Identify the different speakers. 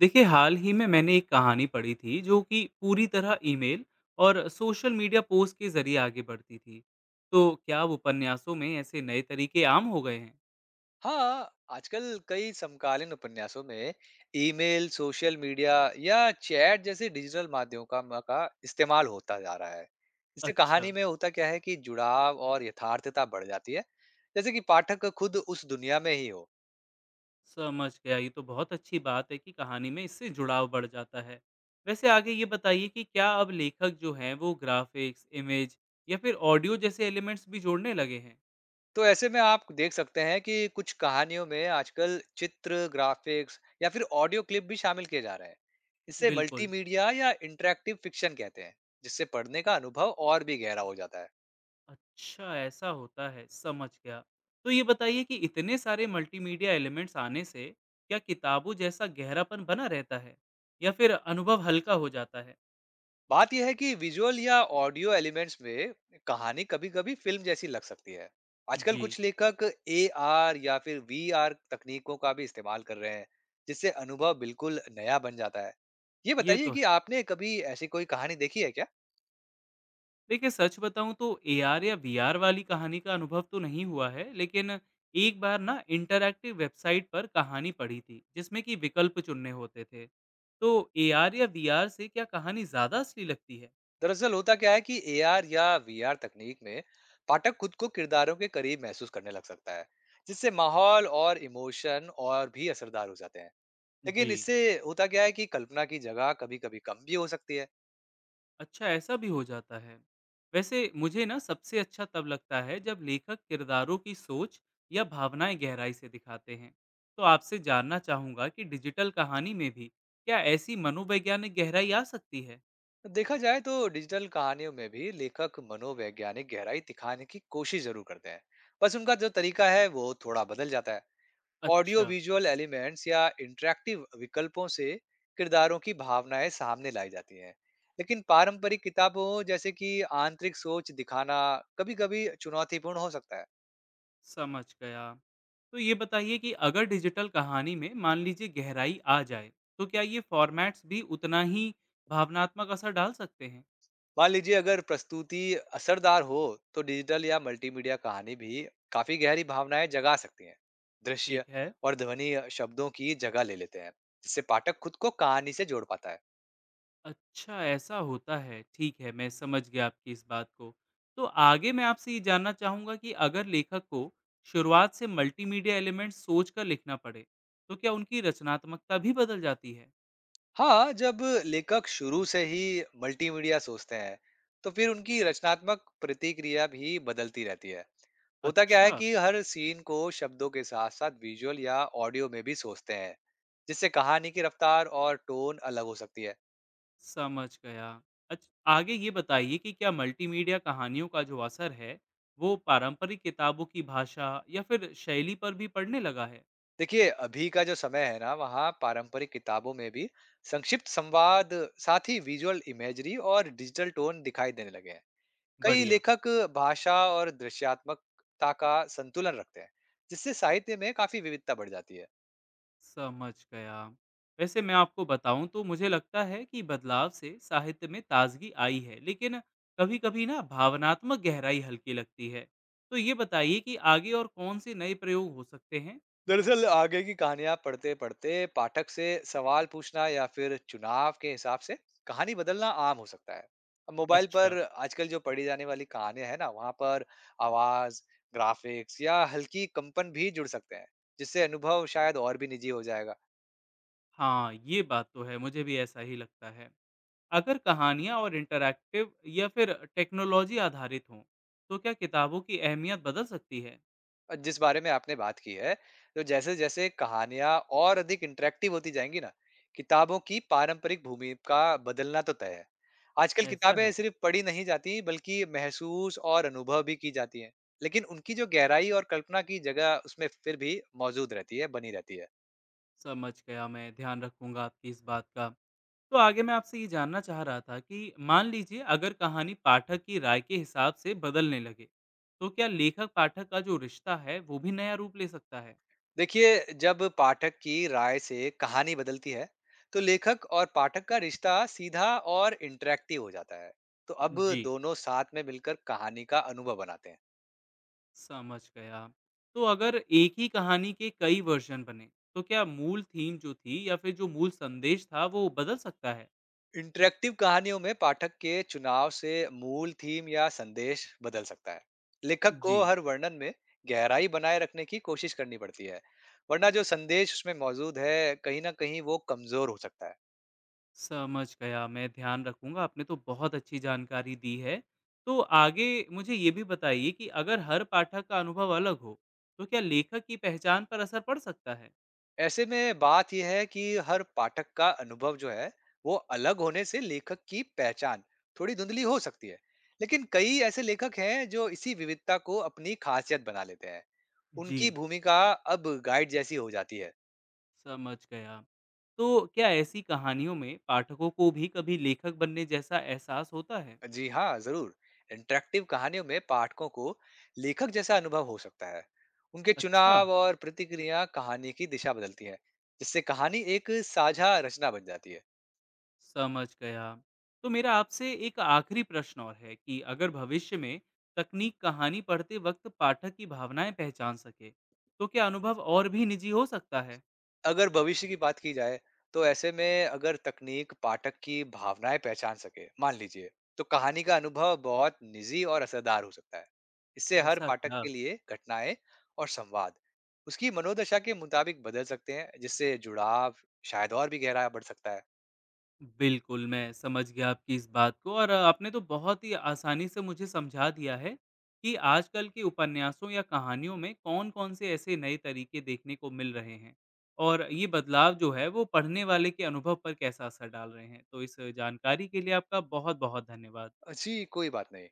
Speaker 1: देखिए, हाल ही में मैंने एक कहानी पढ़ी थी जो कि पूरी तरह ईमेल और सोशल मीडिया पोस्ट के जरिए आगे बढ़ती थी। तो क्या अब उपन्यासों में ऐसे नए तरीके आम हो गए हैं?
Speaker 2: हाँ, आजकल कई समकालीन उपन्यासों में ईमेल, सोशल मीडिया या चैट जैसे डिजिटल माध्यमों का इस्तेमाल होता जा रहा है। इससे
Speaker 1: अच्छा।
Speaker 2: कहानी में होता क्या है कि जुड़ाव और यथार्थता बढ़ जाती है, जैसे कि पाठक खुद उस दुनिया में ही हो।
Speaker 1: समझ गया, ये तो बहुत अच्छी बात है कि कहानी में इससे जुड़ाव बढ़ जाता है। वैसे आगे ये बताइए कि क्या अब लेखक जो हैं वो ग्राफिक्स, इमेज या फिर ऑडियो जैसे एलिमेंट्स भी जोड़ने लगे हैं?
Speaker 2: तो ऐसे में आप देख सकते हैं कि कुछ कहानियों में आजकल चित्र, ग्राफ़िक्स या फिर ऑडियो क्लिप भी शामिल किए जा रहे हैं। इसे
Speaker 1: बिल्कुल।
Speaker 2: मल्टीमीडिया या इंटरैक्टिव फ़िक्शन कहते हैं, जिससे पढ़ने का अनुभव और भी गहरा हो जाता है।
Speaker 1: अच्छा, ऐसा होता है, समझ गया। तो ये बताइए कि इतने सारे मल्टीमीडिया एलिमेंट्स आने से क्या किताबों जैसा गहरापन बना रहता है या फिर अनुभव हल्का हो जाता है?
Speaker 2: बात यह है कि विजुअल या ऑडियो एलिमेंट्स में कहानी कभी-कभी फिल्म जैसी लग सकती है। आजकल
Speaker 1: जी,
Speaker 2: कुछ लेखक एआर या फिर वीआर तकनीकों का भी इस्तेमाल कर रहे हैं, जिससे अनुभव बिल्कुल नया बन जाता है। ये
Speaker 1: ये
Speaker 2: बताइए
Speaker 1: तो
Speaker 2: कि
Speaker 1: है।
Speaker 2: आपने कभी ऐसी कोई कहानी देखी है क्या?
Speaker 1: देखिए, सच बताऊं तो एआर या वीआर वाली कहानी का अनुभव तो नहीं हुआ है, लेकिन एक बार ना इंटरैक्टिव वेबसाइट पर कहानी पढ़ी थी, जिसमें कि विकल्प चुनने होते थे। तो एआर या वीआर से क्या कहानी ज़्यादा असली लगती है?
Speaker 2: दरअसल होता क्या है कि एआर या वीआर तकनीक में पाठक खुद को किरदारों के करीब महसूस करने लग सकता है, जिससे माहौल और इमोशन और भी असरदार हो जाते हैं।
Speaker 1: जी।
Speaker 2: लेकिन इससे होता क्या है कि कल्पना की जगह कभी-कभी कम भी हो सकती है।
Speaker 1: अच्छा, ऐसा भी हो जाता है। वैसे मुझे ना सबसे अच्छा तब लगता है जब लेखक किरदारों की सोच या भावनाएं गहराई से दिखाते हैं। तो आपसे जानना चाहूंगा कि डिजिटल कहानी में भी क्या ऐसी मनोवैज्ञानिक गहराई आ सकती है?
Speaker 2: देखा जाए तो डिजिटल कहानियों में भी लेखक मनोवैज्ञानिक गहराई दिखाने की कोशिश जरूर करते हैं। बस उनका जो तरीका है वो थोड़ा बदल जाता है। ऑडियो
Speaker 1: अच्छा,
Speaker 2: विजुअल एलिमेंट्स या इंटरेक्टिव विकल्पों से किरदारों की भावनाएं सामने लाई जाती हैं। लेकिन पारंपरिक किताबों जैसे कि आंतरिक सोच दिखाना कभी-कभी चुनौतीपूर्ण हो सकता है।
Speaker 1: समझ गया। तो ये बताइए कि अगर डिजिटल कहानी में मान लीजिए गहराई आ जाए, तो क्या ये फॉर्मेट्स भी उतना ही भावनात्मक असर डाल सकते हैं?
Speaker 2: मान लीजिए अगर प्रस्तुति असरदार हो तो डिजिटल या मल्टीमीडिया कहानी भी काफी गहरी भावनाएं जगा सकती हैं।
Speaker 1: ठीक
Speaker 2: दृश्य
Speaker 1: है।
Speaker 2: और ध्वनि शब्दों की जगह ले लेते हैं, जिससे पाठक खुद को कहानी से जोड़ पाता है।
Speaker 1: अच्छा, ऐसा होता है। ठीक है, मैं समझ गया आपकी इस बात को। तो आगे मैं आपसे ये जानना चाहूँगा कि अगर लेखक को शुरुआत से मल्टीमीडिया एलिमेंट्स सोचकर लिखना पड़े, तो क्या उनकी रचनात्मकता भी बदल जाती है?
Speaker 2: हाँ, जब लेखक शुरू से ही मल्टीमीडिया सोचते हैं तो फिर उनकी रचनात्मक प्रतिक्रिया भी बदलती रहती है। होता क्या है
Speaker 1: अच्छा,
Speaker 2: कि हर सीन को शब्दों के साथ साथ विजुअल या ऑडियो में भी सोचते हैं, जिससे कहानी की रफ्तार और टोन अलग हो सकती है।
Speaker 1: समझ गया। अच्छ आगे ये बताइए कि क्या मल्टीमीडिया कहानियों का जो असर है, वो पारंपरिक किताबों की भाषा या फिर शैली पर भी पड़ने लगा है?
Speaker 2: देखिए, अभी का जो समय है ना, वहाँ पारंपरिक किताबों में भी संक्षिप्त संवाद, साथ ही विजुअल इमेजरी और डिजिटल टोन दिखाई देने लगे हैं। कई
Speaker 1: बढ़िया।
Speaker 2: लेखक भाषा और दृश्यात्मकता का संतुलन रखते हैं, जिससे साहित्य में काफी विविधता बढ़ जाती है।
Speaker 1: समझ गया। वैसे मैं आपको बताऊँ तो मुझे लगता है कि बदलाव से साहित्य में ताज़गी आई है, लेकिन कभी-कभी ना भावनात्मक गहराई हल्की लगती है। तो ये बताइए कि आगे और कौन-से नए प्रयोग हो सकते हैं?
Speaker 2: दरअसल आगे की कहानियां पढ़ते-पढ़ते पाठक से सवाल पूछना या फिर चुनाव के हिसाब से कहानी बदलना आम हो सकता है। अब मोबाइल
Speaker 1: अच्छा।
Speaker 2: पर आजकल जो पढ़ी जाने वाली कहानियां है ना, वहां पर आवाज, ग्राफिक्स या हल्की कंपन भी जुड़ सकते हैं, जिससे अनुभव शायद और भी निजी हो जाएगा।
Speaker 1: हाँ, ये बात तो है, मुझे भी ऐसा ही लगता है। अगर कहानियाँ और इंटरैक्टिव या फिर टेक्नोलॉजी आधारित हों, तो क्या किताबों की अहमियत बदल सकती है?
Speaker 2: जिस बारे में आपने बात की है, तो जैसे-जैसे कहानियाँ और अधिक इंटरैक्टिव होती जाएँगी ना, किताबों की पारंपरिक भूमिका बदलना तो तय है। आजकल
Speaker 1: ऐसा
Speaker 2: किताबें
Speaker 1: है।
Speaker 2: सिर्फ पढ़ी नहीं जाती, बल्कि महसूस और अनुभव भी की जाती हैं। लेकिन उनकी जो गहराई और कल्पना की जगह उसमें फिर भी मौजूद रहती है, बनी रहती है।
Speaker 1: समझ गया मैं, ध्यान रखूँगा आपकी इस बात का। तो आगे मैं आपसे ये जानना चाह रहा था कि मान लीजिए अगर कहानी पाठक की राय के हिसाब से बदलने लगे, तो क्या लेखक पाठक का जो रिश्ता है वो भी नया रूप ले सकता है?
Speaker 2: देखिए, जब पाठक की राय से कहानी बदलती है, तो लेखक और पाठक का रिश्ता सीधा और इंटरैक्टिव हो जाता है। तो अब
Speaker 1: जी,
Speaker 2: दोनों साथ में मिलकर कहानी का अनुभव बनाते हैं।
Speaker 1: समझ गया। तो अगर एक ही कहानी के कई वर्जन बने, तो क्या मूल थीम जो थी या फिर जो मूल संदेश था वो बदल सकता है?
Speaker 2: इंटरेक्टिव कहानियों में पाठक के चुनाव से मूल थीम या संदेश बदल सकता है। लेखक
Speaker 1: जी,
Speaker 2: को हर वर्णन में गहराई बनाए रखने की कोशिश करनी पड़ती है, वरना जो संदेश उसमें मौजूद है कहीं ना कहीं वो कमजोर हो सकता है।
Speaker 1: समझ गया, मैं ध्यान रखूँगा, आपने तो बहुत अच्छी जानकारी दी है। तो आगे मुझे ये भी बताइए कि अगर हर पाठक का अनुभव अलग हो, तो क्या लेखक की पहचान पर असर पड़ सकता है?
Speaker 2: ऐसे में बात यह है कि हर पाठक का अनुभव जो है वो अलग होने से लेखक की पहचान थोड़ी धुंधली हो सकती है। लेकिन कई ऐसे लेखक हैं जो इसी विविधता को अपनी खासियत बना लेते हैं।
Speaker 1: जी।
Speaker 2: उनकी भूमिका अब गाइड जैसी हो जाती है।
Speaker 1: समझ गया। तो क्या ऐसी कहानियों में पाठकों को भी कभी लेखक बनने जैसा एहसास होता है?
Speaker 2: जी हाँ, जरूर। इंटरेक्टिव कहानियों में पाठकों को लेखक जैसा अनुभव हो सकता है। उनके
Speaker 1: अच्छा।
Speaker 2: चुनाव और प्रतिक्रिया कहानी की दिशा बदलती है, जिससे कहानी एक साझा रचना बन जाती है।
Speaker 1: समझ गया। तो मेरा आपसे एक आखिरी प्रश्न और है कि अगर भविष्य में तकनीक कहानी पढ़ते वक्त पाठक की भावनाएं पहचान सके, तो क्या अनुभव और भी निजी हो सकता है?
Speaker 2: अगर भविष्य की बात की जाए तो ऐसे में अगर तकनीक पाठक की भावनाएं पहचान सके, मान लीजिए, तो कहानी का अनुभव बहुत निजी और असरदार हो सकता है। इससे हर
Speaker 1: ऐसा
Speaker 2: पाठक
Speaker 1: क्या?
Speaker 2: के लिए घटनाएं और संवाद उसकी मनोदशा के मुताबिक बदल सकते हैं, जिससे जुड़ाव शायद और भी गहरा बढ़ सकता है।
Speaker 1: बिल्कुल, मैं समझ गया आपकी इस बात को और आपने तो बहुत ही आसानी से मुझे समझा दिया है कि आजकल के उपन्यासों या कहानियों में कौन-कौन से ऐसे नए तरीके देखने को मिल रहे हैं और ये बदलाव जो है वो पढ़ने वाले के अनुभव पर कैसा असर डाल रहे हैं। तो इस जानकारी के लिए आपका बहुत-बहुत धन्यवाद।
Speaker 2: जी, कोई बात नहीं।